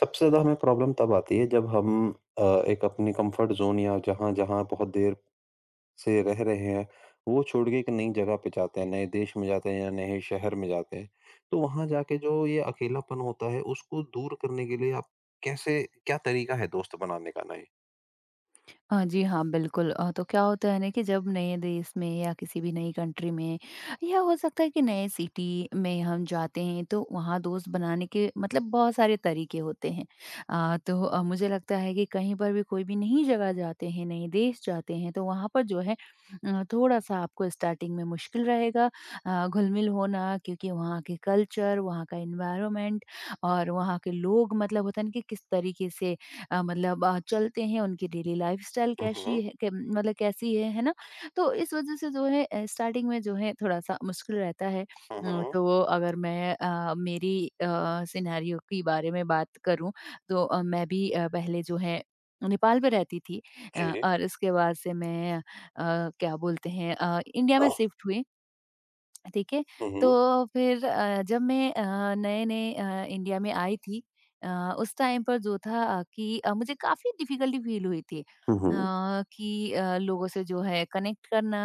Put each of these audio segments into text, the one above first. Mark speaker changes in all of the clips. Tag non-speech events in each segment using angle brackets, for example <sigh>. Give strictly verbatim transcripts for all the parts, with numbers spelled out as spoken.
Speaker 1: सबसे ज़्यादा हमें प्रॉब्लम तब आती है जब हम अ, एक अपनी कंफर्ट ज़ोन या जहाँ जहाँ बहुत देर से रह रहे हैं, वो छोड़ के एक नई जगह पे जाते हैं, नए देश में जाते हैं या नए शहर में जाते हैं। तो वहाँ जाके जो ये अकेलापन होता है, उसको दूर करने के लिए आप कैसे क्या तरीका है दोस्त बनाने का नए?
Speaker 2: हाँ जी, हाँ, बिल्कुल अ, तो क्या होता है ना कि जब नए देश में या किसी भी नई कंट्री में या हो सकता है कि नए सिटी में हम जाते हैं तो वहाँ दोस्त बनाने के मतलब बहुत सारे तरीके होते हैं। अ, तो अ, मुझे लगता है कि कहीं पर भी कोई भी नई जगह जाते हैं, नए देश जाते हैं तो वहाँ पर जो है अ, थोड़ा-सा आपको स्टार्टिंग में मुश्किल रहेगा अ, घुल-मिल होना क्योंकि वहाँ के कल्चर, वहाँ का एनवायरनमेंट और वहाँ के लोग मतलब होता है ना कि किस तरीके से अ, मतलब अ, चलते हैं, उनकी डेली लाइफस्टाइल
Speaker 1: हुँ, हुँ।
Speaker 2: कैसी है कै मतलब कैसी है, है ना? तो इस वज़ह से जो है अ, स्टार्टिंग में जो है थोड़ा-सा मुश्किल रहता है।
Speaker 1: हुँ,
Speaker 2: उम,
Speaker 1: हुँ।
Speaker 2: तो अगर मैं अ, मेरी अ, सिनेरियो के बारे में बात करूँ तो अ, मैं भी अ, पहले जो है नेपाल में रहती थी अ,
Speaker 1: जी।
Speaker 2: और उसके बाद से मैं अ, क्या बोलते हैं अ, इंडिया में
Speaker 1: हुँ,
Speaker 2: शिफ्ट हुई ठीक है।
Speaker 1: हुँ।
Speaker 2: तो फिर अ, जब मैं अ, नए-नए अ, इंडिया में आई थी अ, उस टाइम पर जो था अ, कि अ, मुझे काफ़ी डिफ़िकल्टी फ़ील हुई थी अ,
Speaker 1: हुँ, हुँ।
Speaker 2: कि अ, लोगों से जो है कनेक्ट करना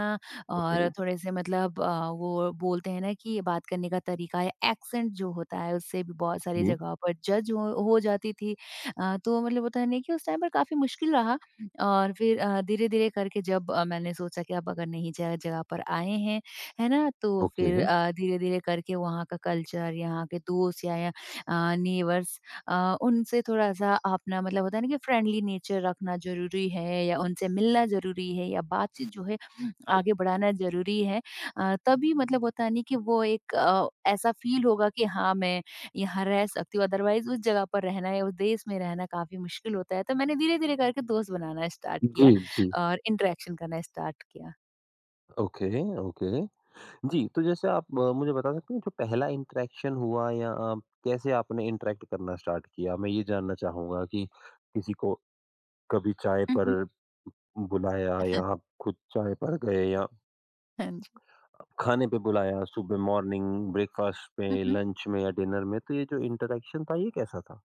Speaker 1: ओके।
Speaker 2: और थोड़े से मतलब अ, वो बोलते हैं ना कि ये बात करने का तरीका है, एक्सेंट जो होता है उससे भी बहुत सारी
Speaker 1: हुँ,
Speaker 2: जगहों पर जज हो हो जाती थी। अ, तो मतलब होता है ना कि उस टाइम पर काफ़ी मुश्किल रहा और फिर अ, धीरे-धीरे करके जब अ, मैंने सोचा कि अब अगर नई ज जगह पर आए हैं है ना? तो
Speaker 1: ओके।
Speaker 2: फिर अ, धीरे-धीरे करके वहाँ का कल्चर, यहाँ के दोस्त या या अ, नेबर्स अ, उनसे थोड़ा-सा अपना मतलब होता है ना कि फ्रेंडली नेचर रखना ज़रूरी है या उनसे मिलना ज़रूरी है या बातचीत जो है आगे बढ़ाना ज़रूरी है। अ, तभी मतलब होता है नहीं कि वो एक अ, ऐसा फ़ील होगा कि हाँ, मैं यहाँ रह सकती हूँ, अदरवाइज़ उस जगह पर रहना या उस देश में रहना काफ़ी मुश्किल होता है। तो मैंने धीरे-धीरे करके दोस्त बनाना स्टार्ट किया
Speaker 1: जी, जी।
Speaker 2: और इंटरैक्शन करना स्टार्ट किया।
Speaker 1: Okay, okay. जी, तो जैसे आप अ, मुझे बता सकते हैं जो पहला इंटरैक्शन हुआ या अ, कैसे आपने इंटरैक्ट करना स्टार्ट किया? मैं ये जानना चाहूँगा कि किसी को कभी चाय
Speaker 2: <laughs> हुँ,
Speaker 1: पर
Speaker 2: हुँ।
Speaker 1: बुलाया या आप खुद चाय पर गए या
Speaker 2: हाँ
Speaker 1: खाने पे बुलाया, सुबह मॉर्निंग ब्रेकफ़ास्ट में,
Speaker 2: जी।
Speaker 1: लंच में या डिनर में, तो ये जो इंटरैक्शन था ये कैसा था?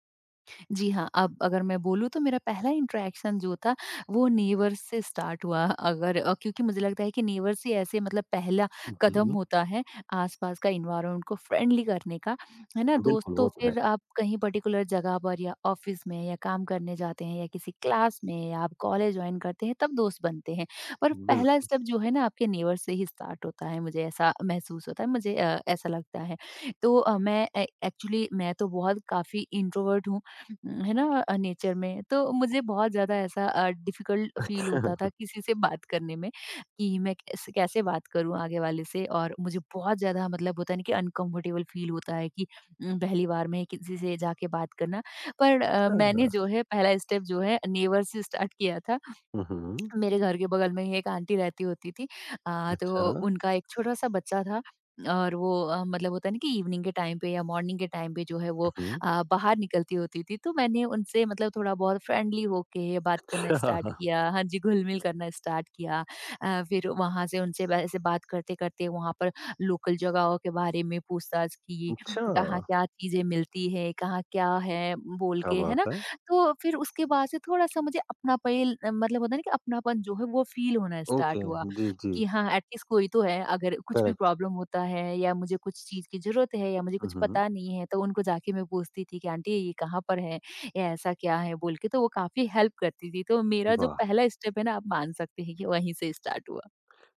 Speaker 2: जी हाँ, अब अगर मैं बोलूँ तो मेरा पहला इंटरेक्शन जो था वो नेबर्स से स्टार्ट हुआ अगर अ, क्योंकि मुझे लगता है कि नेबर्स ही ऐसे मतलब पहला कदम
Speaker 1: जी,
Speaker 2: होता है आसपास का एनवायरनमेंट को फ्रेंडली करने का, है ना? दोस्त
Speaker 1: बिल्कुल,
Speaker 2: तो
Speaker 1: वो तो है।
Speaker 2: फिर आप कहीं पर्टिकुलर जगह पर या ऑफ़िस में या काम करने जाते हैं या किसी क्लास में या आप कॉलेज जॉइन करते हैं तब दोस्त बनते हैं। पर पहला
Speaker 1: बिल्कुल।
Speaker 2: स्टेप जो है ना आपके नेबर से ही स्टार्ट होता है, मुझे ऐसा महसूस होता है, मुझे अ, ऐसा लगता है। तो अ, मैं ए एक्चुअली मैं तो बहुत काफ़ी इंट्रोवर्ट हूँ उम, है ना अ, नेचर में। तो मुझे बहुत ज़्यादा ऐसा अ, डिफ़िकल्ट फ़ील
Speaker 1: अच्छा,
Speaker 2: होता था किसी से बात करने में कि मैं कैसे कैसे बात करूँ आगे वाले से और मुझे बहुत ज़्यादा मतलब होता है ना कि अनकम्फ़र्टेबल फ़ील होता है कि उम, पहली बार में किसी से जाके बात करना। पर अ,
Speaker 1: अच्छा।
Speaker 2: मैंने जो है पहला स्टेप जो है नेबर से स्टार्ट किया था
Speaker 1: हुँ, हुँ।
Speaker 2: मेरे घर के बगल में ही एक आंटी रहती होती थी अ,
Speaker 1: अच्छा,
Speaker 2: तो
Speaker 1: हुँ,
Speaker 2: उनका एक छोटा-सा बच्चा था और वो अ, मतलब होता है ना कि इवनिंग के टाइम पे या मॉर्निंग के टाइम पे जो है वो
Speaker 1: हुँ।
Speaker 2: अ, बाहर निकलती होती थी, तो मैंने उनसे मतलब थोड़ा बहुत फ्रेंडली होके बात करना स्टार्ट
Speaker 1: अच्छा,
Speaker 2: किया। हाँ जी, घुल-मिल करना स्टार्ट किया। अ, फिर वहाँ से उनसे वैसे बात करते-करते वहाँ पर लोकल जगहों के बारे में पूछताछ की,
Speaker 1: अच्छा,
Speaker 2: कहाँ क्या चीज़ें मिलती है, कहाँ क्या है बोल
Speaker 1: क्या
Speaker 2: के, है
Speaker 1: बात
Speaker 2: ना?
Speaker 1: है!
Speaker 2: तो फिर उसके बाद से थोड़ा-सा मुझे अपनापैल मतलब होता है ना कि अपनापन जो है वो फ़ील होना
Speaker 1: ओके,
Speaker 2: स्टार्ट हुआ,
Speaker 1: जी, जी,
Speaker 2: कि हाँ, एटलीस्ट कोई तो है अगर कुछ भी
Speaker 1: करेक्ट।
Speaker 2: प्रॉब्लम होता है या मुझे कुछ चीज़ की ज़रूरत है या मुझे
Speaker 1: हुँ,
Speaker 2: कुछ
Speaker 1: हुँ।
Speaker 2: पता नहीं है, तो उनको जाके मैं पूछती थी कि आंटी ये कहाँ पर है? या ऐसा क्या है? बोल के तो वो काफ़ी हेल्प करती थी। तो मेरा जो
Speaker 1: वाह!
Speaker 2: पहला स्टेप है ना आप मान सकते हैं कि वहीं से स्टार्ट हुआ।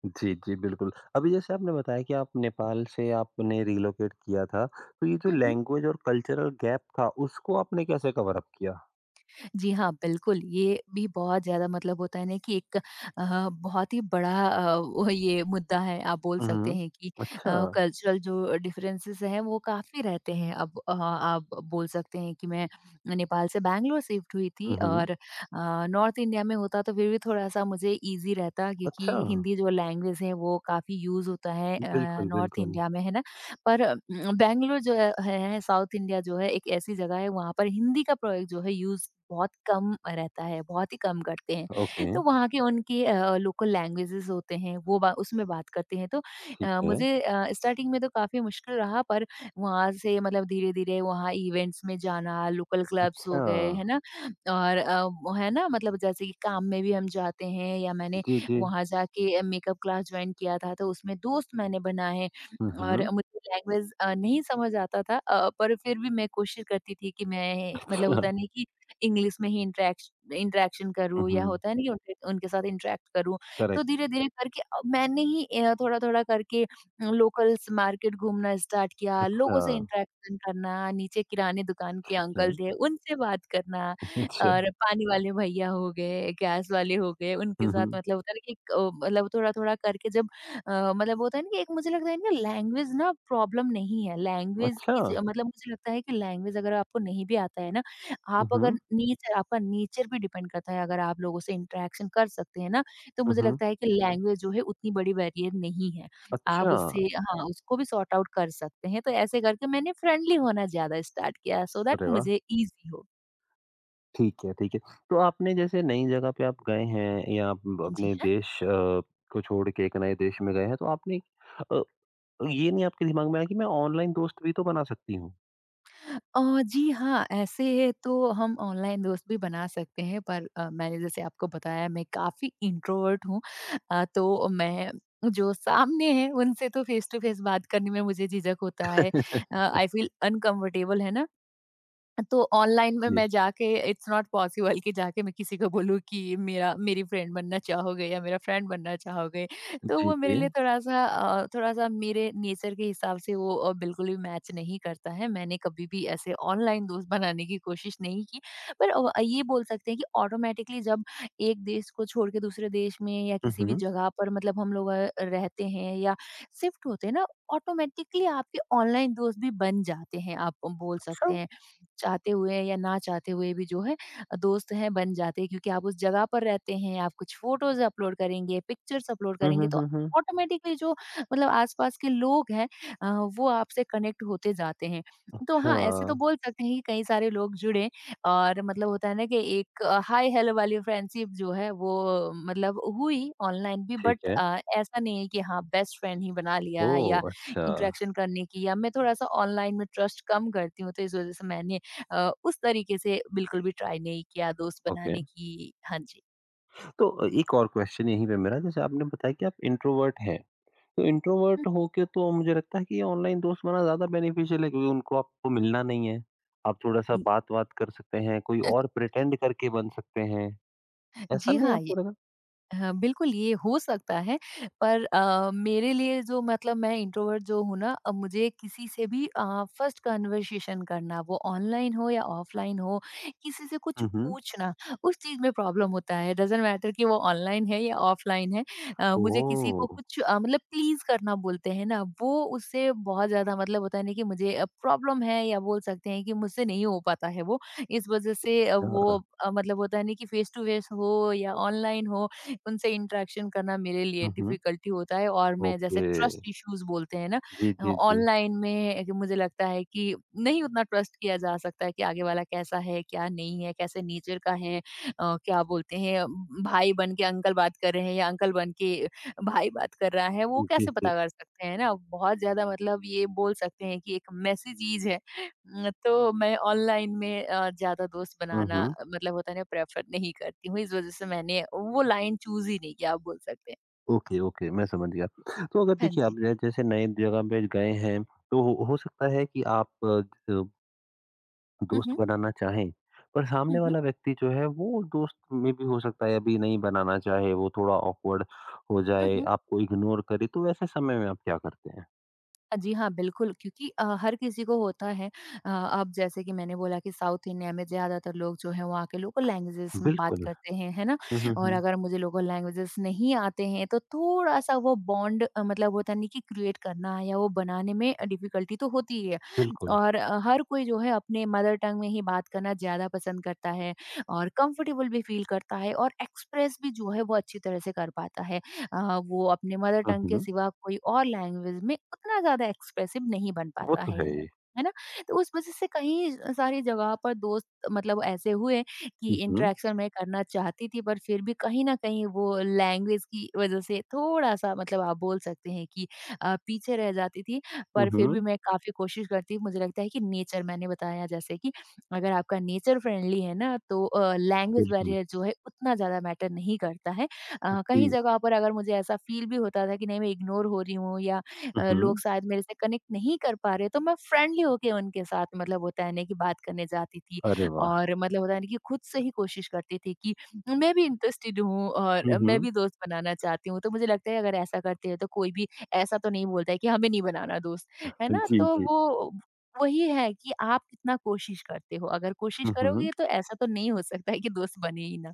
Speaker 1: जी, जी, बिल्कुल। अभी जैसे आपने बताया कि आप नेपाल से आपने रिलोकेट किया था, तो ये जो लैंग्वेज और कल्चरल गैप था, उसको आपने कैसे कवर अप किया?
Speaker 2: जी हाँ, बिल्कुल, ये भी बहुत ज़्यादा मतलब होता है ना कि एक अ, बहुत ही बड़ा अ, वो ये मुद्दा है। आप बोल
Speaker 1: हुँ,
Speaker 2: सकते
Speaker 1: हुँ।
Speaker 2: हैं कि अ,
Speaker 1: अच्छा।
Speaker 2: कल्चरल जो डिफरेंसेस हैं, वो काफ़ी रहते हैं। अब अ, आप बोल सकते हैं कि मैं नेपाल से बैंगलोर शिफ्ट हुई थी
Speaker 1: हुँ, हुँ।
Speaker 2: और अ, नॉर्थ इंडिया में होता तो फिर भी थोड़ा-सा मुझे ईज़ी रहता
Speaker 1: अच्छा!
Speaker 2: क्योंकि हिंदी जो लैंग्वेज है, वो काफ़ी यूज़ होता है अ,
Speaker 1: बिल्कुल,
Speaker 2: नॉर्थ
Speaker 1: बिल्कुल।
Speaker 2: इंडिया में, है ना? पर उम, बैंगलोर जो है है साउथ इंडिया जो है एक ऐसी जगह है वहाँ पर हिंदी का प्रयोग जो है यूज़ बहुत कम रहता है, बहुत ही कम करते हैं।
Speaker 1: ओके,
Speaker 2: तो वहाँ के उनके अ, लोकल लैंग्वेजेज़ होते हैं वो बा उसमें बात करते हैं। तो
Speaker 1: ठीक
Speaker 2: अ,
Speaker 1: है।
Speaker 2: मुझे अ, स्टार्टिंग में तो काफ़ी मुश्किल रहा पर वहाँ से मतलब धीरे-धीरे वहाँ इवेंट्स में जाना, लोकल क्लब्स हो
Speaker 1: अच्छा।
Speaker 2: गए, है ना? और अ, वो है ना मतलब जैसे कि काम में भी हम जाते हैं या मैंने
Speaker 1: जी, जी।
Speaker 2: वहाँ जाके अ, मेकअप क्लास जॉइन किया था तो उसमें दोस्त मैंने बनाए।
Speaker 1: हुँ,
Speaker 2: और
Speaker 1: हुँ।
Speaker 2: मुझे लैंग्वेज अ, नहीं समझ आता था अ, पर फिर भी मैं कोशिश करती थी कि मैं मतलब
Speaker 1: अच्छा।
Speaker 2: होता नहीं कि इंग्लिश में ही इंटरेक्श इंटरेक्शन
Speaker 1: हुँ,
Speaker 2: करूँ या
Speaker 1: हुँ।
Speaker 2: होता है ना कि उनके उनके साथ इंटरेक्ट करूँ। तो
Speaker 1: करेक्ट।
Speaker 2: धीरे-धीरे करके अब मैंने ही अ, थोड़ा-थोड़ा करके लोकल्स मार्केट घूमना स्टार्ट किया, लोगों
Speaker 1: अच्छा,
Speaker 2: से इंटरेक्शन करना, नीचे किराने दुकान के
Speaker 1: ठीक है।
Speaker 2: अंकल थे, उनसे बात करना
Speaker 1: अच्छा।
Speaker 2: और पानी वाले भैया हो गए, गैस वाले हो गए, उनके
Speaker 1: हुँ,
Speaker 2: साथ
Speaker 1: हुँ।
Speaker 2: मतलब होता है ना कि एक अ, मतलब थोड़ा-थोड़ा करके जब अ, मतलब होता है ना कि एक मुझे लगता है इनका लैंग्वेज ना प्रॉब्लम नहीं है, लैंग्वेज
Speaker 1: अच्छा!
Speaker 2: की ज मतलब मुझे लगता है कि लैंग्वेज अगर आपको नहीं भी आता है ना,
Speaker 1: हुँ,
Speaker 2: आप अगर
Speaker 1: हुँ।
Speaker 2: नेचर आपका नेचर पे डिपेंड करता है, अगर आप लोगों से इंटरेक्शन कर सकते हैं ना, तो
Speaker 1: हुँ,
Speaker 2: मुझे
Speaker 1: हुँ।
Speaker 2: लगता है कि लैंग्वेज जो है उतनी बड़ी बैरियर नहीं है। आप
Speaker 1: अच्छा!
Speaker 2: उससे हाँ, उसको भी सॉर्ट आउट कर सकते हैं, तो ऐसे करके मैंने फ्रेंडली होना ज़्यादा स्टार्ट किया सो दैट
Speaker 1: अरे वाह!
Speaker 2: मुझे ईज़ी हो।
Speaker 1: ठीक है, ठीक है। तो आपने जैसे नई जगह पे आप गए हैं या आप
Speaker 2: जी।
Speaker 1: अपने देश अ, को छोड़ के एक नए देश में गए हैं, तो आपने अ, ये नहीं आपके दिमाग में आया कि मैं ऑनलाइन दोस्त भी तो बना सकती हूँ?
Speaker 2: अ, जी हाँ, ऐसे तो हम ऑनलाइन दोस्त भी बना सकते हैं पर अ, मैंने जैसे आपको बताया मैं काफ़ी इंट्रोवर्ट हूँ। अ, तो मैं जो सामने हैं उनसे तो फेस टू फेस बात करने में मुझे झिझक होता है। अ,
Speaker 1: <laughs>
Speaker 2: आई फील अनकम्फर्टेबल है ना? तो ऑनलाइन में
Speaker 1: जी,
Speaker 2: मैं जाके इट्स नॉट पॉसिबल कि जाके मैं किसी को बोलूँ कि मेरा मेरी फ्रेंड बनना चाहोगे या मेरा फ्रेंड बनना चाहोगे। तो
Speaker 1: जी,
Speaker 2: वो मेरे
Speaker 1: जी।
Speaker 2: लिए थोड़ा-सा अ, थोड़ा-सा मेरे नेचर के हिसाब से वो अ, बिल्कुल भी मैच नहीं करता है। मैंने कभी भी ऐसे ऑनलाइन दोस्त बनाने की कोशिश नहीं की। पर अ, ये बोल सकते हैं कि ऑटोमैटिकली जब एक देश को छोड़ के दूसरे देश में या
Speaker 1: हुँ,
Speaker 2: किसी भी
Speaker 1: हुँ।
Speaker 2: जगह पर मतलब हम लोग अ, रहते हैं या शिफ्ट होते हैं ना, ऑटोमैटिकली आपके ऑनलाइन दोस्त भी बन जाते हैं, आप बोल
Speaker 1: अच्छा!
Speaker 2: सकते हैं। चाहते हुए या ना चाहते हुए भी जो है अ, दोस्त हैं बन जाते हैं क्योंकि आप उस जगह पर रहते हैं, आप कुछ फोटोज़ अपलोड करेंगे, पिक्चर्स अपलोड
Speaker 1: हुँ,
Speaker 2: करेंगे
Speaker 1: हुँ,
Speaker 2: तो
Speaker 1: हुँ, हुँ।
Speaker 2: ऑटोमेटिकली जो मतलब आसपास के लोग हैं अ, वो आपसे कनेक्ट होते जाते हैं। तो
Speaker 1: अच्छा,
Speaker 2: हाँ, ऐसे तो बोल सकते हैं कि कई सारे लोग जुड़े और मतलब होता है ना कि एक हाय हेलो वाली फ्रेंडशिप जो है वो मतलब हुई ऑनलाइन भी
Speaker 1: ठीक
Speaker 2: बट
Speaker 1: है।
Speaker 2: अ, ऐसा नहीं है कि हाँ, बेस्ट फ्रेंड ही बना लिया है या
Speaker 1: ओह! अच्छा,
Speaker 2: इंटरेक्शन करने की या मैं थोड़ा-सा ऑनलाइन में ट्रस्ट कम करती हूँ तो इस वज़ह से मैंने अ, उस तरीके से बिल्कुल भी ट्राई नहीं किया दोस्त
Speaker 1: ओके।
Speaker 2: बनाने की हाँ जी।
Speaker 1: तो अ, एक और क्वेश्चन यहीं पे मेरा जैसे आपने बताया कि आप इंट्रोवर्ट हैं। तो
Speaker 2: <laughs> हुँ।
Speaker 1: इंट्रोवर्ट होके तो मुझे लगता है कि ऑनलाइन दोस्त बना ज़्यादा बेनिफिशियल है क्योंकि उनको आपको मिलना नहीं है। आप थोड़ा-सा
Speaker 2: उम,
Speaker 1: बात-वात कर सकते हैं, कोई और प्रिटेंड करके बन सकते हैं। ऐसा
Speaker 2: जी
Speaker 1: नहीं
Speaker 2: हाँ, ये
Speaker 1: आपको लगा?
Speaker 2: हाँ, बिल्कुल ये हो सकता है पर अ, मेरे लिए जो मतलब मैं इंट्रोवर्ट जो हूँ ना अ, मुझे किसी से भी फर्स्ट कन्वर्सेशन करना वो ऑनलाइन हो या ऑफलाइन हो किसी से कुछ
Speaker 1: हुँ, हुँ।
Speaker 2: पूछना उस चीज़ में प्रॉब्लम होता है डजेंट मैटर कि वो ऑनलाइन है या ऑफलाइन है अ, मुझे किसी
Speaker 1: ओह!
Speaker 2: को कुछ अ, मतलब प्लीज करना बोलते हैं ना वो उससे बहुत ज़्यादा मतलब होता है ना कि मुझे प्रॉब्लम है या बोल सकते हैं कि मुझसे नहीं हो पाता है वो इस वजह से अ,
Speaker 1: अच्छा।
Speaker 2: वो अ, मतलब होता है ना कि फेस टू फेस हो या ऑनलाइन हो उनसे इंटरेक्शन करना मेरे लिए
Speaker 1: हुँ, हुँ।
Speaker 2: डिफिकल्टी होता है और मैं जैसे
Speaker 1: ओके।
Speaker 2: ट्रस्ट इश्यूज बोलते हैं ना
Speaker 1: जी, जी, जी।
Speaker 2: ऑनलाइन में एक मुझे लगता है कि नहीं उतना ट्रस्ट किया जा सकता है कि आगे वाला कैसा है क्या नहीं है कैसे नेचर का है अ, क्या बोलते हैं म, भाई बन के अंकल बात कर रहे हैं या अंकल बन के भाई बात कर रहा है वो
Speaker 1: जी,
Speaker 2: कैसे पता
Speaker 1: जी।
Speaker 2: कर सकते हैं ना। बहुत ज्यादा मतलब ये बोल सकते हैं कि एक मैसेज है। अ, तो मैं ऑनलाइन में अ, ज़्यादा दोस्त
Speaker 1: हुँ,
Speaker 2: बनाना
Speaker 1: हुँ।
Speaker 2: अ, मतलब होता है ना प्रेफर नहीं करती हूँ। इस वज़ह से मैंने वो लाइन चूज़ ही नहीं किया आप बोल सकते हैं।
Speaker 1: ओके, ओके, मैं समझ गया। तो अगर
Speaker 2: हाँ
Speaker 1: देखिए
Speaker 2: जी।
Speaker 1: आप जै जैसे नए जगह पे गए हैं, तो हो हो सकता है कि आप अ, ज
Speaker 2: हुँ,
Speaker 1: दोस्त
Speaker 2: हुँ।
Speaker 1: बनाना चाहें, पर सामने
Speaker 2: हुँ, हुँ।
Speaker 1: वाला व्यक्ति जो है वो दोस्त में भी हो सकता है अभी नहीं बनाना चाहे, वो थोड़ा ऑकवर्ड हो
Speaker 2: हुँ,
Speaker 1: जाए,
Speaker 2: हुँ।
Speaker 1: आपको इग्नोर करे, तो वैसे समय में आप क्या करते हैं?
Speaker 2: जी हाँ, बिल्कुल क्योंकि अ, हर किसी को होता है। अ, अब जैसे कि मैंने बोला कि साउथ इंडिया में ज़्यादातर लोग जो हैं वहाँ के लोकल लैंग्वेजेस में बात
Speaker 1: बिल्कुल।
Speaker 2: करते हैं, है ना?
Speaker 1: हुँ, हुँ,
Speaker 2: और
Speaker 1: हुँ।
Speaker 2: अगर मुझे लोकल लैंग्वेजेस नहीं आते हैं तो थोड़ा-सा वो बॉन्ड अ, मतलब होता नहीं कि क्रिएट करना या वो बनाने में अ, डिफ़िकल्टी तो होती ही है।
Speaker 1: बिल्कुल।
Speaker 2: और अ, हर कोई जो है अपने मदर टंग में ही बात करना ज़्यादा पसंद करता है और कंफ़र्टेबल भी फ़ील करता है और एक्सप्रेस भी जो है वो अच्छी तरह से कर पाता है। अ, वो अपने मदर
Speaker 1: हुँ,
Speaker 2: टंग के
Speaker 1: हुँ।
Speaker 2: सिवा कोई और लैंग्वेज में उतना ज़्यादा एक्सप्रेसिव नहीं बन
Speaker 1: वो
Speaker 2: पाता
Speaker 1: तो
Speaker 2: है
Speaker 1: है ही।
Speaker 2: है ना। तो उस वजह से कहीं सारी जगह पर दोस्त मतलब ऐसे हुए कि
Speaker 1: हुँ, हुँ।
Speaker 2: इंटरेक्शन में करना चाहती थी, पर फिर भी कहीं ना कहीं वो लैंग्वेज की वजह से थोड़ा सा मतलब आप बोल सकते हैं कि अ, पीछे रह जाती थी।
Speaker 1: हुँ,
Speaker 2: पर फिर भी
Speaker 1: हुँ।
Speaker 2: मैं काफ़ी कोशिश करती हूँ। मुझे लगता है कि नेचर मैंने बताया जैसे कि अगर आपका नेचर फ्रेंडली है ना तो लैंग्वेज
Speaker 1: बिल्कुल।
Speaker 2: बैरियर जो है उतना ज़्यादा मैटर नहीं करता है। अ, कहीं
Speaker 1: जी।
Speaker 2: जगह पर अगर मुझे ऐसा फील भी होता था कि नहीं मैं इग्नोर हो रही हूँ या
Speaker 1: हुँ,
Speaker 2: अ, लोग
Speaker 1: हुँ।
Speaker 2: शायद मेरे से कनेक्ट नहीं कर पा रहे, तो मैं फ्रेंडली होके उनके साथ मतलब होता है ना कि बात करने जाती थी
Speaker 1: अरे वाह!
Speaker 2: और मतलब होता है ना कि खुद से ही कोशिश करती थी कि मैं भी इंटरेस्टेड हूँ
Speaker 1: हुँ,
Speaker 2: और मैं
Speaker 1: हुँ।
Speaker 2: भी दोस्त बनाना चाहती हूँ। तो मुझे लगता है अगर ऐसा करते हैं तो कोई भी ऐसा तो नहीं बोलता है कि हमें नहीं बनाना दोस्त, है ना।
Speaker 1: जी,
Speaker 2: तो
Speaker 1: जी।
Speaker 2: वो वही है कि आप कितना कोशिश करते हो। अगर कोशिश
Speaker 1: हुँ, हुँ।
Speaker 2: करोगे तो ऐसा तो नहीं हो सकता है कि दोस्त बने ही ना।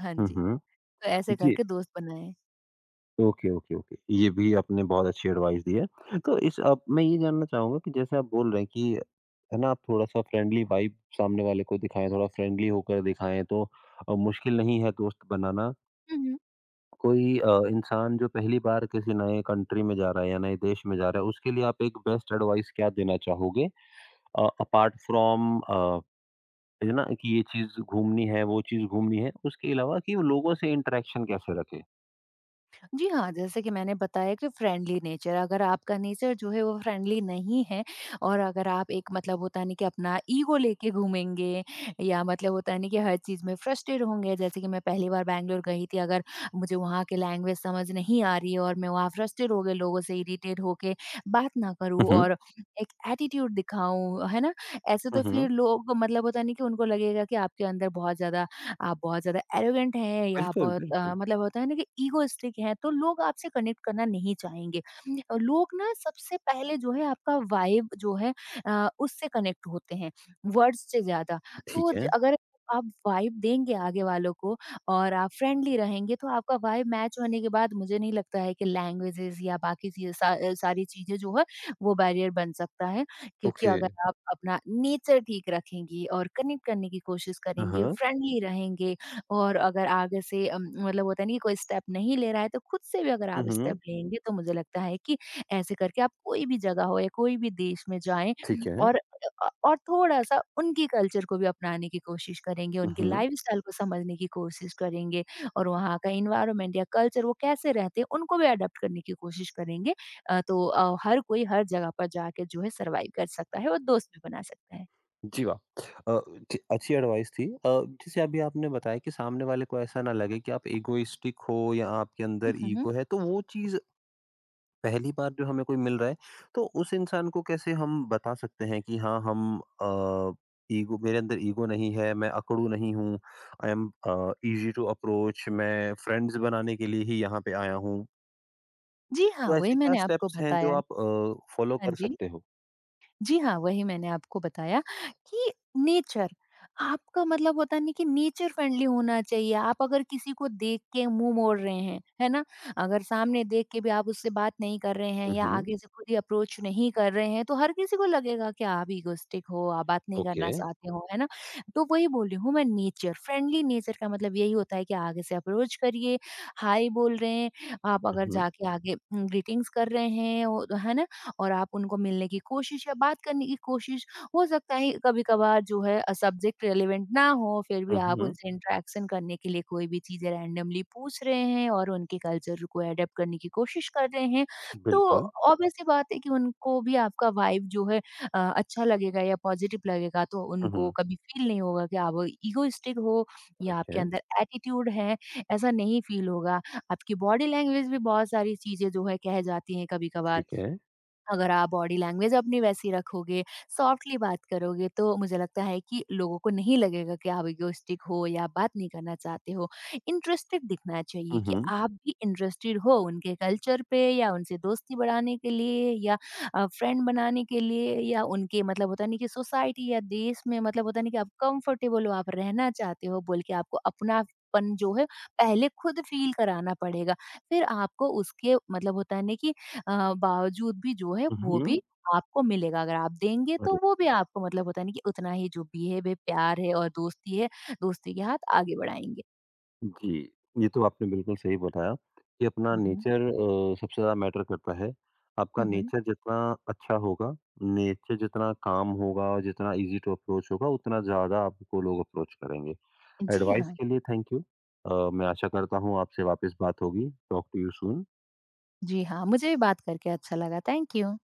Speaker 2: हाँ
Speaker 1: हुँ,
Speaker 2: जी।
Speaker 1: हुँ।
Speaker 2: तो ऐसे
Speaker 1: जी।
Speaker 2: करके दोस्त बनाएँ।
Speaker 1: Okay, okay, okay. ये भी आपने बहुत अच्छी एडवाइस दी है। तो इस अब मैं ये जानना चाहूँगा कि जैसे आप बोल रहे हैं कि है ना, आप थोड़ा-सा फ्रेंडली वाइब सामने वाले को दिखाएँ, थोड़ा फ्रेंडली होकर दिखाएँ, तो अ, मुश्किल नहीं है दोस्त बनाना।
Speaker 2: हुँ, हुँ।
Speaker 1: कोई अ, इंसान जो पहली बार किसी नए कंट्री में जा रहा है या नए देश में जा रहा है, उसके लिए आप एक बेस्ट एडवाइस क्या देना चाहोगे? अ, अपार्ट फ्रॉम अ, है ना, कि ये चीज़ घूमनी है, वो चीज़ घूमनी है, उसके अलावा कि वो लोगों से इंटरेक्शन कैसे रखें?
Speaker 2: जी हाँ, जैसे कि मैंने बताया कि फ्रेंडली नेचर, अगर आपका नेचर जो है वो फ्रेंडली नहीं है और अगर आप एक मतलब होता है ना कि अपना ईगो लेके घूमेंगे या मतलब होता है ना कि हर चीज़ में फ्रस्ट्रेट होंगे, जैसे कि मैं पहली बार बैंगलोर गई थी। अगर मुझे वहाँ की लैंग्वेज समझ नहीं आ रही है और मैं वहाँ फ्रस्ट्रेट हो गई, लोगों से इरिटेट होके बात ना
Speaker 1: हुँ,
Speaker 2: करूँ
Speaker 1: हुँ।
Speaker 2: और एक एटीट्यूड दिखाऊँ, है ना? ऐसे
Speaker 1: हुँ,
Speaker 2: तो
Speaker 1: हुँ।
Speaker 2: फिर लोग मतलब होता है ना कि उनको लगेगा कि आपके अंदर बहुत ज़्यादा आप बहुत ज़्यादा एरोगेंट हैं या आप
Speaker 1: बिल्कुल,
Speaker 2: बहुत अ,
Speaker 1: बिल्कुल।
Speaker 2: मतलब होता है ना कि ईगोइस्टिक हैं, तो लोग आपसे कनेक्ट करना नहीं चाहेंगे। अ, लोग ना सबसे पहले जो है आपका वाइब जो है अ, उससे कनेक्ट होते हैं, वर्ड्स से ज़्यादा।
Speaker 1: ठीक
Speaker 2: तो ज
Speaker 1: है।
Speaker 2: अगर आप वाइब देंगे आगे वालों को और आप फ्रेंडली रहेंगे तो आपका वाइब मैच होने के बाद मुझे नहीं लगता है कि लैंग्वेजेज़ या बाकी चीज़ें सा अ, सारी चीज़ें जो है वो बैरियर बन सकता है। क्योंकि
Speaker 1: ओके।
Speaker 2: अगर आप अपना नेचर ठीक रखेंगी और कनेक्ट करने की कोशिश
Speaker 1: हाँ,
Speaker 2: करेंगे,
Speaker 1: हाँ।
Speaker 2: फ्रेंडली रहेंगे और अगर आगे से अम, मतलब होता है नहीं कि कोई स्टेप नहीं ले रहा है तो खुद से भी अगर आप
Speaker 1: हम्म।
Speaker 2: स्टेप लेंगे तो मुझे लगता है कि ऐसे करके आप कोई भी जगह हो या कोई भी देश में जाएँ
Speaker 1: ठीक है।
Speaker 2: और अ, और थोड़ा-सा उनकी कल्चर को भी अपनाने की कोशिश करेंगे, उनके
Speaker 1: हम्म।
Speaker 2: लाइफ़स्टाइल को समझने की कोशिश करेंगे और वहाँ का एनवायरनमेंट या कल्चर वो कैसे रहते हैं उनको भी अडॉप्ट करने की कोशिश करेंगे। अ, तो अ, हर कोई हर जगह पर जाके जो है सर्वाइव कर सकता है और दोस्त भी बना सकता है।
Speaker 1: जी, वाह। अ, ठी- अच्छी एडवाइस थी। अ, जैसे अभी आपने बताया कि सामने वाले को ऐसा ना लगे कि आप इगोइस्टिक हो या आपके
Speaker 2: हुँ,
Speaker 1: अंदर
Speaker 2: हुँ।
Speaker 1: ईगो है, तो वो चीज पहली बार जो हमें कोई मिल रहा है, तो उस इंसान को कैसे हम बता सकते हैं कि हाँ, हम ईगो मेरे अंदर ईगो नहीं है, मैं अकड़ू नहीं हूँ, I am easy to approach, मैं फ्रेंड्स बनाने के लिए ही यहाँ पे आया हूँ?
Speaker 2: जी हाँ,
Speaker 1: तो
Speaker 2: वही
Speaker 1: ऐसे क्या
Speaker 2: मैंने आपको
Speaker 1: स्टेप्स हैं जो
Speaker 2: बताया।
Speaker 1: आप फॉलो
Speaker 2: हाँ
Speaker 1: कर
Speaker 2: जी।
Speaker 1: सकते हो?
Speaker 2: जी हाँ, वही मैंने आपको बताया कि नेचर आपका मतलब होता नहीं कि नेचर फ्रेंडली होना चाहिए। आप अगर किसी को देख के मुँह मोड़ रहे हैं, है ना? अगर सामने देख के भी आप उससे बात नहीं कर रहे हैं या
Speaker 1: हम्म।
Speaker 2: आगे से खुद ही अप्रोच नहीं कर रहे हैं, तो हर किसी को लगेगा कि आप इगोइस्टिक हो, आप बात नहीं
Speaker 1: ओके।
Speaker 2: करना चाहते हो, है ना? तो वही बोल रही हूँ मैं, नेचर, फ्रेंडली नेचर का मतलब यही होता है कि आगे से अप्रोच करिए, हाय बोल रहे हैं, आप
Speaker 1: हुँ,
Speaker 2: अगर
Speaker 1: हुँ।
Speaker 2: जाके आगे उम, ग्रीटिंग्स कर रहे हैं, ओ है ना? और आप उनको मिलने की कोशिश या बात करने की कोशिश, हो सकता है कभी-कभार जो है अ, सब्जेक्ट रिलेवेंट ना हो, फिर भी
Speaker 1: हुँ,
Speaker 2: आप
Speaker 1: हुँ।
Speaker 2: उनसे इंटरेक्शन करने के लिए कोई भी चीज़ें रैंडमली पूछ रहे हैं और उनके कल्चर को अडॉप्ट करने की कोशिश कर रहे हैं, तो
Speaker 1: बिल्कुल।
Speaker 2: ऑब्वियस सी बात है कि उनको भी आपका वाइब जो है अ, अच्छा लगेगा या पॉजिटिव लगेगा, तो
Speaker 1: हुँ,
Speaker 2: उनको
Speaker 1: हुँ।
Speaker 2: कभी फील नहीं होगा कि आप इगोइस्टिक हो या
Speaker 1: ठीक
Speaker 2: आपके
Speaker 1: है,
Speaker 2: अंदर एटीट्यूड है, ऐसा नहीं फील होगा। आपकी बॉडी लैंग्वेज भी बहुत सारी चीज़ें जो है कह जाती हैं कभी-कभार।
Speaker 1: ठीक है।
Speaker 2: अगर आप बॉडी लैंग्वेज अपनी वैसी रखोगे, सॉफ्टली बात करोगे, तो मुझे लगता है कि लोगों को नहीं लगेगा कि आप इगोइस्टिक हो या आप बात नहीं करना चाहते हो। इंटरेस्टेड दिखना
Speaker 1: हुँ,
Speaker 2: चाहिए कि
Speaker 1: हुँ।
Speaker 2: आप भी इंटरेस्टेड हो उनके कल्चर पे या उनसे दोस्ती बढ़ाने के लिए या अ, फ्रेंड बनाने के लिए या उनके मतलब होता नहीं कि सोसाइटी या देश में मतलब होता नहीं कि आप कंफर्टेबल हो, आप रहना चाहते हो बोल के आपको अपनापन जो है पहले खुद फ़ील कराना पड़ेगा। फिर आपको उसके मतलब होता है ना कि अ, बावजूद भी जो है
Speaker 1: हुँ,
Speaker 2: वो
Speaker 1: हुँ।
Speaker 2: भी आपको मिलेगा। अगर आप देंगे
Speaker 1: अरे!
Speaker 2: तो वो भी आपको मतलब होता है ना कि उतना ही जो बिहेव है, प्यार है और दोस्ती है, दोस्ती के हाथ आगे बढ़ाएँगे।
Speaker 1: जी, ये तो आपने बिल्कुल सही बताया कि अपना
Speaker 2: हुँ, हुँ।
Speaker 1: नेचर अ, सबसे ज़्यादा मैटर करता है। आपका
Speaker 2: हुँ, हुँ।
Speaker 1: नेचर जितना अच्छा होगा, नेचर जितना काम होगा और जितना ईज़ी टू अप्रोच होगा, उतना ज़्यादा आपको लोग अप्रोच करेंगे।
Speaker 2: जी
Speaker 1: एडवाइस
Speaker 2: हाँ।
Speaker 1: के लिए थैंक यू। अ, मैं आशा करता हूँ आपसे वापस बात होगी। Talk to you soon.
Speaker 2: जी हाँ, मुझे भी बात करके अच्छा लगा। Thank you.